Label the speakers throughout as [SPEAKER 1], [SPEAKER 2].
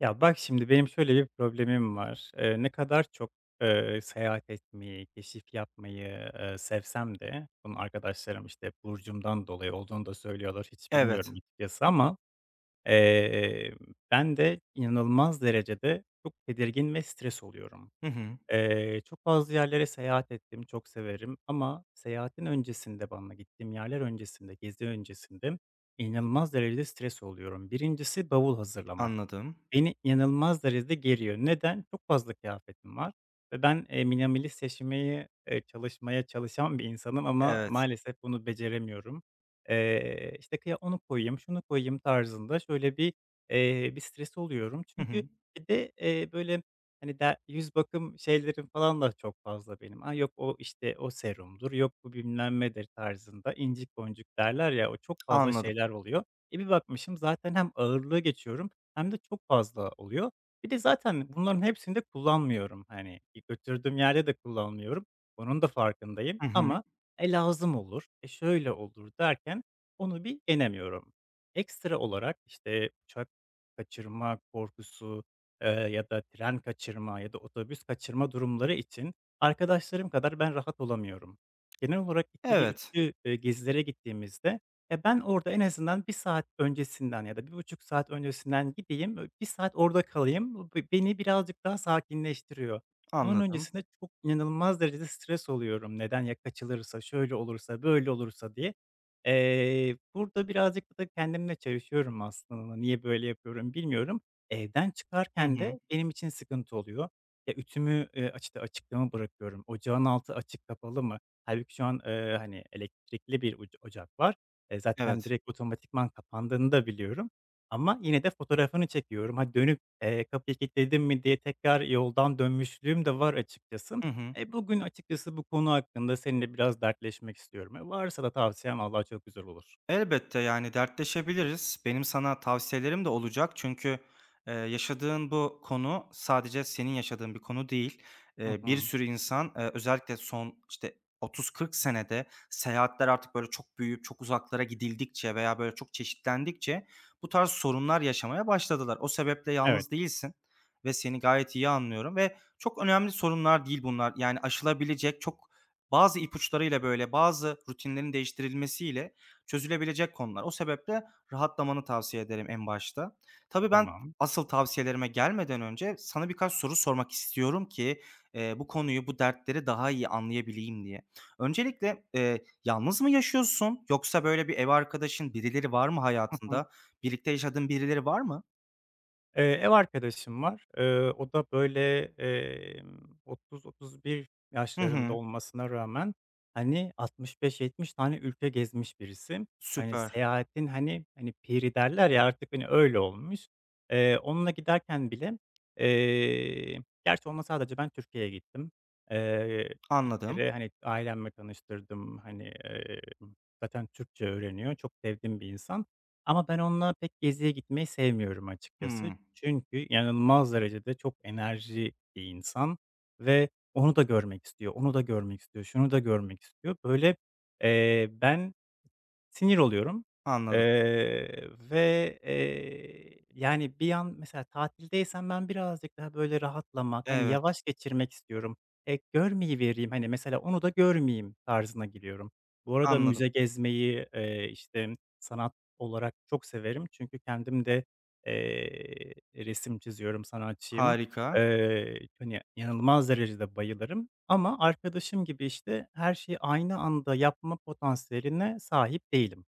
[SPEAKER 1] Ya, bak şimdi benim şöyle bir problemim var. Ne kadar çok, seyahat etmeyi, keşif yapmayı, sevsem de bunun arkadaşlarım, işte, burcumdan dolayı olduğunu da söylüyorlar. Hiç bilmiyorum
[SPEAKER 2] Evet.
[SPEAKER 1] açıkçası ama, eee, ben de inanılmaz derecede çok tedirgin ve stres oluyorum.
[SPEAKER 2] Hı hı.
[SPEAKER 1] Çok fazla yerlere seyahat ettim, çok severim ama seyahatin öncesinde bana gittiğim yerler öncesinde, gezi öncesinde inanılmaz derecede stres oluyorum. Birincisi bavul hazırlamak.
[SPEAKER 2] Anladım.
[SPEAKER 1] Beni inanılmaz derecede geriyor. Neden? Çok fazla kıyafetim var ve ben, minimalist seçmeye, çalışmaya çalışan bir insanım ama
[SPEAKER 2] Evet.
[SPEAKER 1] maalesef bunu beceremiyorum. İşte, onu koyayım, şunu koyayım tarzında şöyle bir stres oluyorum.
[SPEAKER 2] Hı
[SPEAKER 1] Çünkü
[SPEAKER 2] hı.
[SPEAKER 1] bir de, böyle, hani, yüz bakım şeylerim falan da çok fazla benim. "A, yok o, işte, o serumdur, yok bu bilmem nedir." tarzında incik boncuk derler ya, o çok fazla
[SPEAKER 2] Anladım.
[SPEAKER 1] şeyler oluyor. E, bir bakmışım zaten hem ağırlığı geçiyorum hem de çok fazla oluyor. Bir de zaten bunların hepsini de kullanmıyorum. Hani, götürdüğüm yerde de kullanmıyorum. Onun da farkındayım
[SPEAKER 2] Hı hı.
[SPEAKER 1] ama, "E, lazım olur, e, şöyle olur." derken onu bir yenemiyorum. Ekstra olarak, işte, uçak kaçırma korkusu, ya da tren kaçırma ya da otobüs kaçırma durumları için arkadaşlarım kadar ben rahat olamıyorum. Genel olarak ikili,
[SPEAKER 2] Evet.
[SPEAKER 1] üçlü, gezilere gittiğimizde, e, ben orada en azından bir saat öncesinden ya da bir buçuk saat öncesinden gideyim, 1 saat orada kalayım. Bu beni birazcık daha sakinleştiriyor. Onun
[SPEAKER 2] Anladım.
[SPEAKER 1] öncesinde çok inanılmaz derecede stres oluyorum. Neden ya kaçılırsa, şöyle olursa, böyle olursa diye. Burada birazcık da kendimle çalışıyorum aslında. Niye böyle yapıyorum bilmiyorum. Evden
[SPEAKER 2] Hı
[SPEAKER 1] çıkarken
[SPEAKER 2] hı.
[SPEAKER 1] de benim için sıkıntı oluyor. Ya, ütümü, işte, açıkta mı bırakıyorum? Ocağın altı açık kapalı mı? Hâlbuki şu an, hani, elektrikli bir ocak var. E, zaten
[SPEAKER 2] Evet.
[SPEAKER 1] direkt otomatikman kapandığını da biliyorum ama yine de fotoğrafını çekiyorum. Ha, dönüp, "Kapıyı kilitledim mi?" diye tekrar yoldan dönmüşlüğüm de var açıkçası.
[SPEAKER 2] Hı hı.
[SPEAKER 1] E, bugün açıkçası bu konu hakkında seninle biraz dertleşmek istiyorum. E, varsa da tavsiyen Allah çok güzel olur.
[SPEAKER 2] Elbette, yani, dertleşebiliriz. Benim sana tavsiyelerim de olacak çünkü, yaşadığın bu konu sadece senin yaşadığın bir konu değil.
[SPEAKER 1] Hı
[SPEAKER 2] Bir
[SPEAKER 1] hı.
[SPEAKER 2] sürü insan, özellikle son, işte, 30-40 senede seyahatler artık, böyle, çok büyüyüp çok uzaklara gidildikçe veya, böyle, çok çeşitlendikçe bu tarz sorunlar yaşamaya başladılar. O sebeple
[SPEAKER 1] Evet,
[SPEAKER 2] yalnız değilsin ve seni gayet iyi anlıyorum ve çok önemli sorunlar değil bunlar. Yani, aşılabilecek çok bazı ipuçlarıyla, böyle, bazı rutinlerin değiştirilmesiyle çözülebilecek konular. O sebeple rahatlamanı tavsiye ederim en başta. Tabii ben
[SPEAKER 1] tamam.
[SPEAKER 2] asıl tavsiyelerime gelmeden önce sana birkaç soru sormak istiyorum ki, bu konuyu, bu dertleri daha iyi anlayabileyim diye. Öncelikle, yalnız mı yaşıyorsun yoksa böyle bir ev arkadaşın, birileri var mı
[SPEAKER 1] Hı hı.
[SPEAKER 2] hayatında? Birlikte yaşadığın birileri var mı?
[SPEAKER 1] Ev arkadaşım var. O da böyle, 30-31
[SPEAKER 2] Hı
[SPEAKER 1] yaşlarında
[SPEAKER 2] hı.
[SPEAKER 1] olmasına rağmen, hani, 65-70 tane ülke gezmiş birisi. Hani,
[SPEAKER 2] Süper.
[SPEAKER 1] seyahatin, hani, piri derler ya, artık, hani, öyle olmuş. Onunla giderken bile, eee, gerçi onunla sadece ben Türkiye'ye gittim. Eee, Bir
[SPEAKER 2] Anladım.
[SPEAKER 1] kere, hani, ailemle tanıştırdım. Hani, zaten Türkçe öğreniyor. Çok sevdiğim bir insan. Ama ben onunla pek geziye gitmeyi sevmiyorum açıkçası.
[SPEAKER 2] Hımm.
[SPEAKER 1] Çünkü inanılmaz derecede çok enerji bir insan ve onu da görmek istiyor, onu da görmek istiyor, şunu da görmek istiyor. Böyle, ben sinir oluyorum,
[SPEAKER 2] Anladım.
[SPEAKER 1] ve, yani, bir an mesela tatildeysem ben birazcık daha böyle rahatlamak, hani,
[SPEAKER 2] Evet,
[SPEAKER 1] yavaş geçirmek istiyorum. E, görmeyi görmeyivereyim, hani, mesela onu da görmeyeyim tarzına giriyorum. Bu arada müze
[SPEAKER 2] anladım.
[SPEAKER 1] gezmeyi, işte, sanat olarak çok severim çünkü kendim de, resim çiziyorum, sanatçıyım.
[SPEAKER 2] Harika.
[SPEAKER 1] Hani, inanılmaz derecede bayılırım ama arkadaşım gibi, işte, her şeyi aynı anda yapma potansiyeline sahip değilim.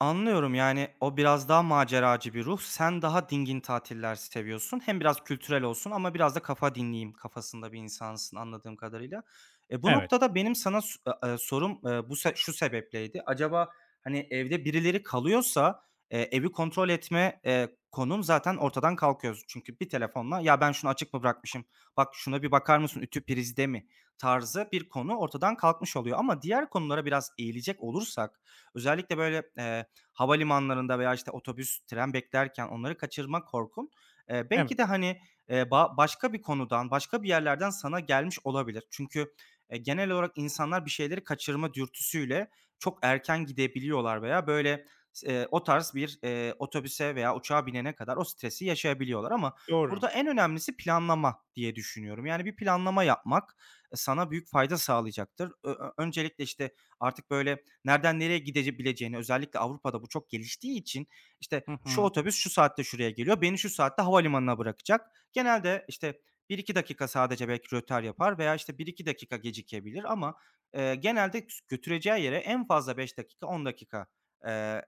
[SPEAKER 2] Anlıyorum, yani, o biraz daha maceracı bir ruh. Sen daha dingin tatiller seviyorsun. Hem biraz kültürel olsun ama biraz da kafa dinleyeyim kafasında bir insansın anladığım kadarıyla. E, bu
[SPEAKER 1] Evet,
[SPEAKER 2] noktada benim sana s e sorum, bu şu sebepleydi. Acaba, hani, evde birileri kalıyorsa, evi kontrol etme, konun zaten ortadan kalkıyor. Çünkü bir telefonla, "Ya, ben şunu açık mı bırakmışım? Bak, şuna bir bakar mısın? Ütü prizde mi?" tarzı bir konu ortadan kalkmış oluyor ama diğer konulara biraz eğilecek olursak özellikle, böyle, havalimanlarında veya, işte, otobüs, tren beklerken onları kaçırma korkun, belki
[SPEAKER 1] evet,
[SPEAKER 2] de, hani, başka bir konudan, başka bir yerlerden sana gelmiş olabilir. Çünkü, genel olarak insanlar bir şeyleri kaçırma dürtüsüyle çok erken gidebiliyorlar veya, böyle, s o tarz bir, otobüse veya uçağa binene kadar o stresi yaşayabiliyorlar ama
[SPEAKER 1] doğru.
[SPEAKER 2] burada en önemlisi planlama diye düşünüyorum. Yani bir planlama yapmak, sana büyük fayda sağlayacaktır. Ö ö Öncelikle, işte, artık, böyle, nereden nereye gidebileceğini özellikle Avrupa'da bu çok geliştiği için, işte,
[SPEAKER 1] Hı
[SPEAKER 2] şu
[SPEAKER 1] hı,
[SPEAKER 2] otobüs şu saatte şuraya geliyor, beni şu saatte havalimanına bırakacak. Genelde, işte, bir iki dakika sadece belki rötar yapar veya, işte, bir iki dakika gecikebilir ama, genelde götüreceği yere en fazla 5 dakika, 10 dakika, eee,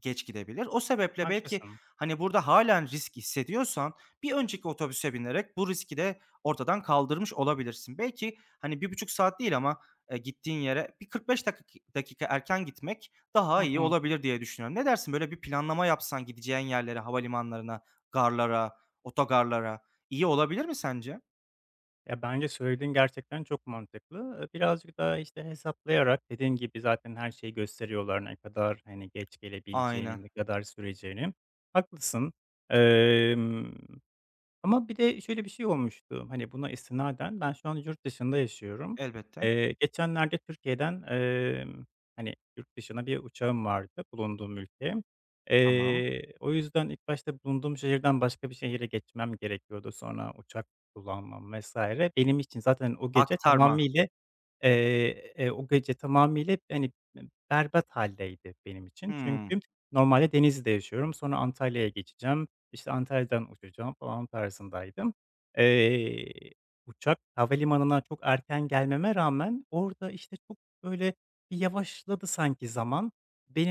[SPEAKER 2] geç gidebilir. O sebeple belki,
[SPEAKER 1] haklısın.
[SPEAKER 2] hani, burada hâlen risk hissediyorsan bir önceki otobüse binerek bu riski de ortadan kaldırmış olabilirsin. Belki, hani, 1,5 saat değil ama, gittiğin yere bir 45 dakika erken gitmek
[SPEAKER 1] Hı
[SPEAKER 2] daha iyi
[SPEAKER 1] hı.
[SPEAKER 2] olabilir diye düşünüyorum. Ne dersin? Böyle bir planlama yapsan gideceğin yerlere, havalimanlarına, garlara, otogarlara iyi olabilir mi sence?
[SPEAKER 1] Ya, bence söylediğin gerçekten çok mantıklı. Birazcık daha, işte, hesaplayarak dediğin gibi zaten her şeyi gösteriyorlar ne kadar, hani, geç
[SPEAKER 2] Aynen,
[SPEAKER 1] gelebileceğini, ne kadar süreceğini. Haklısın. Emm Ama bir de şöyle bir şey olmuştu, hani, buna istinaden ben şu an yurt dışında yaşıyorum.
[SPEAKER 2] elbette.
[SPEAKER 1] Geçenlerde Türkiye'den, hani, yurt dışına bir uçağım vardı bulunduğum ülke.
[SPEAKER 2] Tamam.
[SPEAKER 1] O yüzden ilk başta bulunduğum şehirden başka bir şehire geçmem gerekiyordu. Sonra uçak kullanmam vesaire. Benim için zaten o gece
[SPEAKER 2] Aktarma.
[SPEAKER 1] tamamıyla. O gece tamamıyla, hani, berbat hâldeydi benim için.
[SPEAKER 2] Hımm.
[SPEAKER 1] Çünkü normalde Denizli'de yaşıyorum, sonra Antalya'ya geçeceğim, işte, Antalya'dan uçacağım falan tarzındaydım. Eee, Uçak havalimanına çok erken gelmeme rağmen orada, işte, çok, böyle, bir yavaşladı sanki zaman.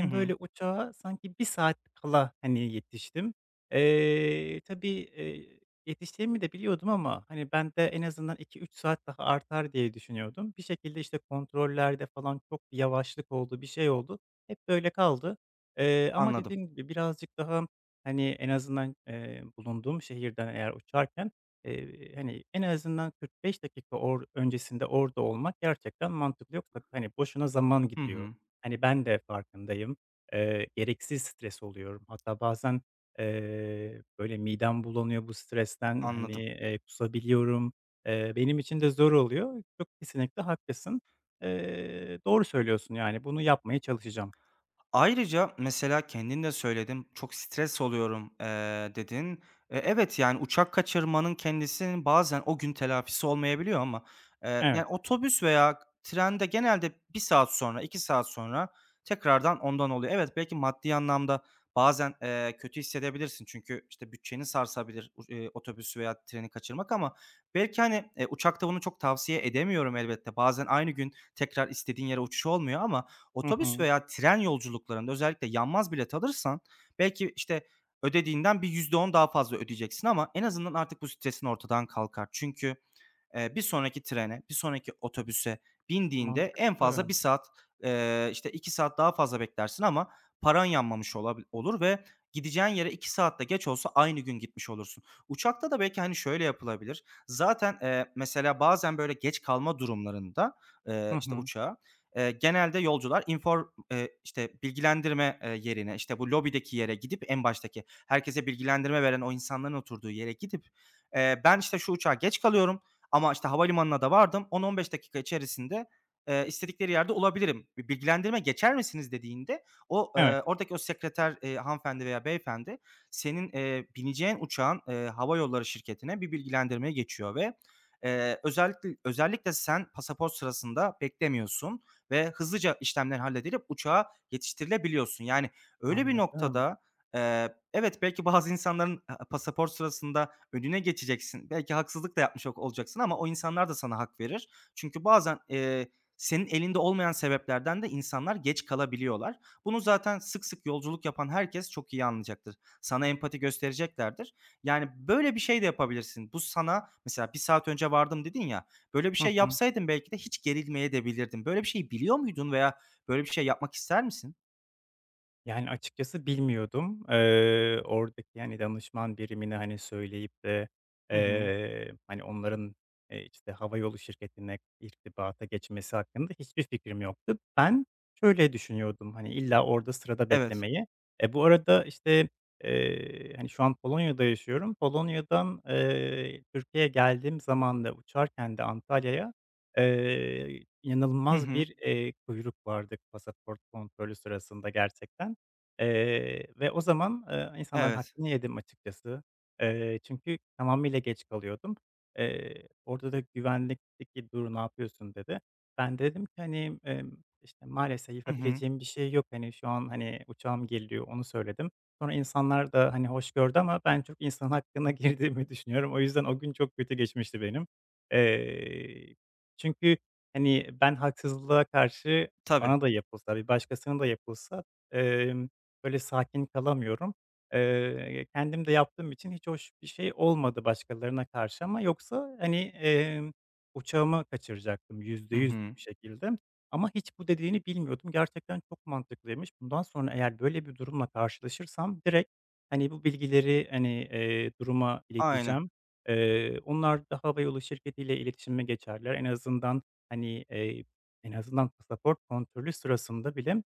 [SPEAKER 2] Hı hı.
[SPEAKER 1] böyle, uçağa sanki bir saat kala, hani, yetiştim. Tabii, yetişeceğimi de biliyordum ama, hani, bende en azından 2-3 saat daha artar diye düşünüyordum. Bir şekilde, işte, kontrollerde falan çok bir yavaşlık oldu, bir şey oldu. Hep böyle kaldı. Ama
[SPEAKER 2] Anladım.
[SPEAKER 1] dediğim gibi birazcık daha, hani, en azından, bulunduğum şehirden eğer uçarken, hani, en azından 45 dakika öncesinde orada olmak gerçekten mantıklı. Yoksa, hani, boşuna zaman
[SPEAKER 2] Hı
[SPEAKER 1] gidiyor.
[SPEAKER 2] hı.
[SPEAKER 1] Hani, ben de farkındayım. Gereksiz stres oluyorum. Hatta bazen, böyle, midem bulanıyor bu stresten, hani,
[SPEAKER 2] Anladım.
[SPEAKER 1] kusabiliyorum. Benim için de zor oluyor. Çok kesinlikle haklısın. Doğru söylüyorsun, yani, bunu yapmaya çalışacağım.
[SPEAKER 2] Ayrıca mesela kendin de söyledin, "Çok stres oluyorum." Dedin. E, evet, yani uçak kaçırmanın kendisinin bazen o gün telafisi olmayabiliyor ama, yani
[SPEAKER 1] Evet.
[SPEAKER 2] otobüs veya trende genelde bir saat sonra, 2 saat sonra tekrardan ondan oluyor. Evet, belki maddi anlamda bazen, kötü hissedebilirsin çünkü, işte, bütçeni sarsabilir u otobüsü veya treni kaçırmak ama belki, hani, uçakta bunu çok tavsiye edemiyorum elbette. Bazen aynı gün tekrar istediğin yere uçuş olmuyor ama
[SPEAKER 1] Hı
[SPEAKER 2] otobüs
[SPEAKER 1] hı.
[SPEAKER 2] veya tren yolculuklarında özellikle yanmaz bilet alırsan belki, işte, ödediğinden bir %10 daha fazla ödeyeceksin ama en azından artık bu stresin ortadan kalkar. Çünkü bir sonraki trene, bir sonraki otobüse bindiğinde en fazla
[SPEAKER 1] Mantıklı.
[SPEAKER 2] bir saat, işte 2 saat daha fazla beklersin ama paran yanmamış olabi olur ve gideceğin yere 2 saatte geç olsa aynı gün gitmiş olursun. Uçakta da belki, hani, şöyle yapılabilir. Zaten, mesela bazen böyle geç kalma durumlarında,
[SPEAKER 1] Hı
[SPEAKER 2] işte
[SPEAKER 1] hı.
[SPEAKER 2] uçağa, genelde yolcular inform işte bilgilendirme, yerine, işte bu lobideki yere gidip en baştaki herkese bilgilendirme veren o insanların oturduğu yere gidip, "Ben, işte, şu uçağa geç kalıyorum, ama, işte, havalimanına da vardım. 10-15 dakika içerisinde, istedikleri yerde olabilirim. Bir bilgilendirme geçer misiniz dediğinde o,
[SPEAKER 1] Evet.
[SPEAKER 2] oradaki o sekreter, hanımefendi veya beyefendi senin, bineceğin uçağın, e, hava yolları şirketine bir bilgilendirmeye geçiyor ve, özellikle sen pasaport sırasında beklemiyorsun ve hızlıca işlemler halledilip uçağa yetiştirilebiliyorsun. Yani öyle bir
[SPEAKER 1] Anladım.
[SPEAKER 2] noktada, evet, belki bazı insanların, pasaport sırasında önüne geçeceksin. Belki haksızlık da yapmış olacaksın ama o insanlar da sana hak verir. Çünkü bazen, senin elinde olmayan sebeplerden de insanlar geç kalabiliyorlar. Bunu zaten sık sık yolculuk yapan herkes çok iyi anlayacaktır. Sana empati göstereceklerdir. Yani, böyle bir şey de yapabilirsin. Bu sana mesela, bir saat önce vardım." dedin ya, böyle bir
[SPEAKER 1] Hı
[SPEAKER 2] şey
[SPEAKER 1] hı.
[SPEAKER 2] yapsaydın belki de hiç gerilmeyedebilirdin. Böyle bir şeyi biliyor muydun veya böyle bir şey yapmak ister misin?
[SPEAKER 1] Yani, açıkçası bilmiyordum. Oradaki, yani, danışman birimine, hani, söyleyip de,
[SPEAKER 2] Hı hı.
[SPEAKER 1] hani, onların, işte, havayolu şirketine irtibata geçmesi hakkında hiçbir fikrim yoktu. Ben şöyle düşünüyordum, hani, illa orada sırada
[SPEAKER 2] Evet.
[SPEAKER 1] beklemeyi. E, bu arada, işte, hani, şu an Polonya'da yaşıyorum. Polonya'dan, Türkiye'ye geldiğim zaman da uçarken de Antalya'ya,
[SPEAKER 2] Hı
[SPEAKER 1] inanılmaz
[SPEAKER 2] hı.
[SPEAKER 1] bir, kuyruk vardı pasaport kontrolü sırasında gerçekten. Ve o zaman, insanların
[SPEAKER 2] Evet.
[SPEAKER 1] hakkını yedim açıkçası. Çünkü tamamıyla geç kalıyordum. Orada da güvenlikteki "Dur, ne yapıyorsun?" dedi. Ben de dedim ki, hani, işte, "Maalesef
[SPEAKER 2] Hı hı.
[SPEAKER 1] yapabileceğim bir şey yok. Hani, şu an, hani, uçağım geliyor." Onu söyledim. Sonra insanlar da, hani, hoş gördü ama ben çok insan hakkına girdiğimi düşünüyorum. O yüzden o gün çok kötü geçmişti benim. Eee, Çünkü, hani, ben haksızlığa karşı
[SPEAKER 2] Tabii.
[SPEAKER 1] bana da yapılsa, bir başkasına da yapılsa, emm böyle sakin kalamıyorum. Kendim de yaptığım için hiç hoş bir şey olmadı başkalarına karşı ama yoksa, hani, uçağımı kaçıracaktım yüzde
[SPEAKER 2] Hı
[SPEAKER 1] yüz
[SPEAKER 2] hı.
[SPEAKER 1] bir şekilde ama hiç bu dediğini bilmiyordum. Gerçekten çok mantıklıymış. Bundan sonra eğer böyle bir durumla karşılaşırsam direkt, hani, bu bilgileri, hani, duruma
[SPEAKER 2] Aynen,
[SPEAKER 1] ileteceğim. Onlar da havayolu şirketiyle iletişime geçerler. En azından, hani, en azından pasaport kontrolü sırasında bile,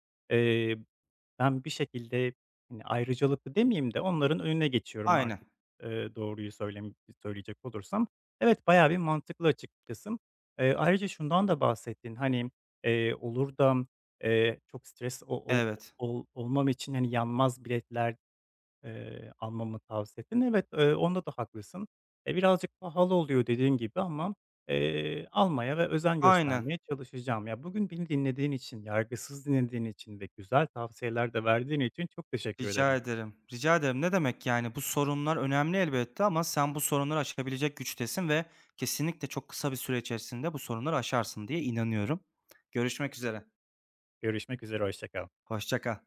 [SPEAKER 1] ben bir şekilde, hani, ayrıcalıklı demeyeyim de onların önüne geçiyorum
[SPEAKER 2] aynen.
[SPEAKER 1] artık, doğruyu söyleyecek olursam. Evet, bayağı bir mantıklı açıkçası. Ayrıca şundan da bahsettin, hani, olur da, çok stres o o
[SPEAKER 2] Evet,
[SPEAKER 1] ol olmam için, hani, yanmaz biletler almamı tavsiye ettin. Evet, onda da haklısın. E, birazcık pahalı oluyor dediğin gibi ama, almaya ve özen
[SPEAKER 2] aynen.
[SPEAKER 1] göstermeye çalışacağım. Ya, bugün beni dinlediğin için, yargısız dinlediğin için ve güzel tavsiyeler de verdiğin için çok teşekkür
[SPEAKER 2] Rica
[SPEAKER 1] ederim.
[SPEAKER 2] ederim, rica ederim. Ne demek yani, bu sorunlar önemli elbette ama sen bu sorunları aşabilecek güçtesin ve kesinlikle çok kısa bir süre içerisinde bu sorunları aşarsın diye inanıyorum. Görüşmek üzere,
[SPEAKER 1] Görüşmek üzere, hoşça kal.
[SPEAKER 2] hoşça kal.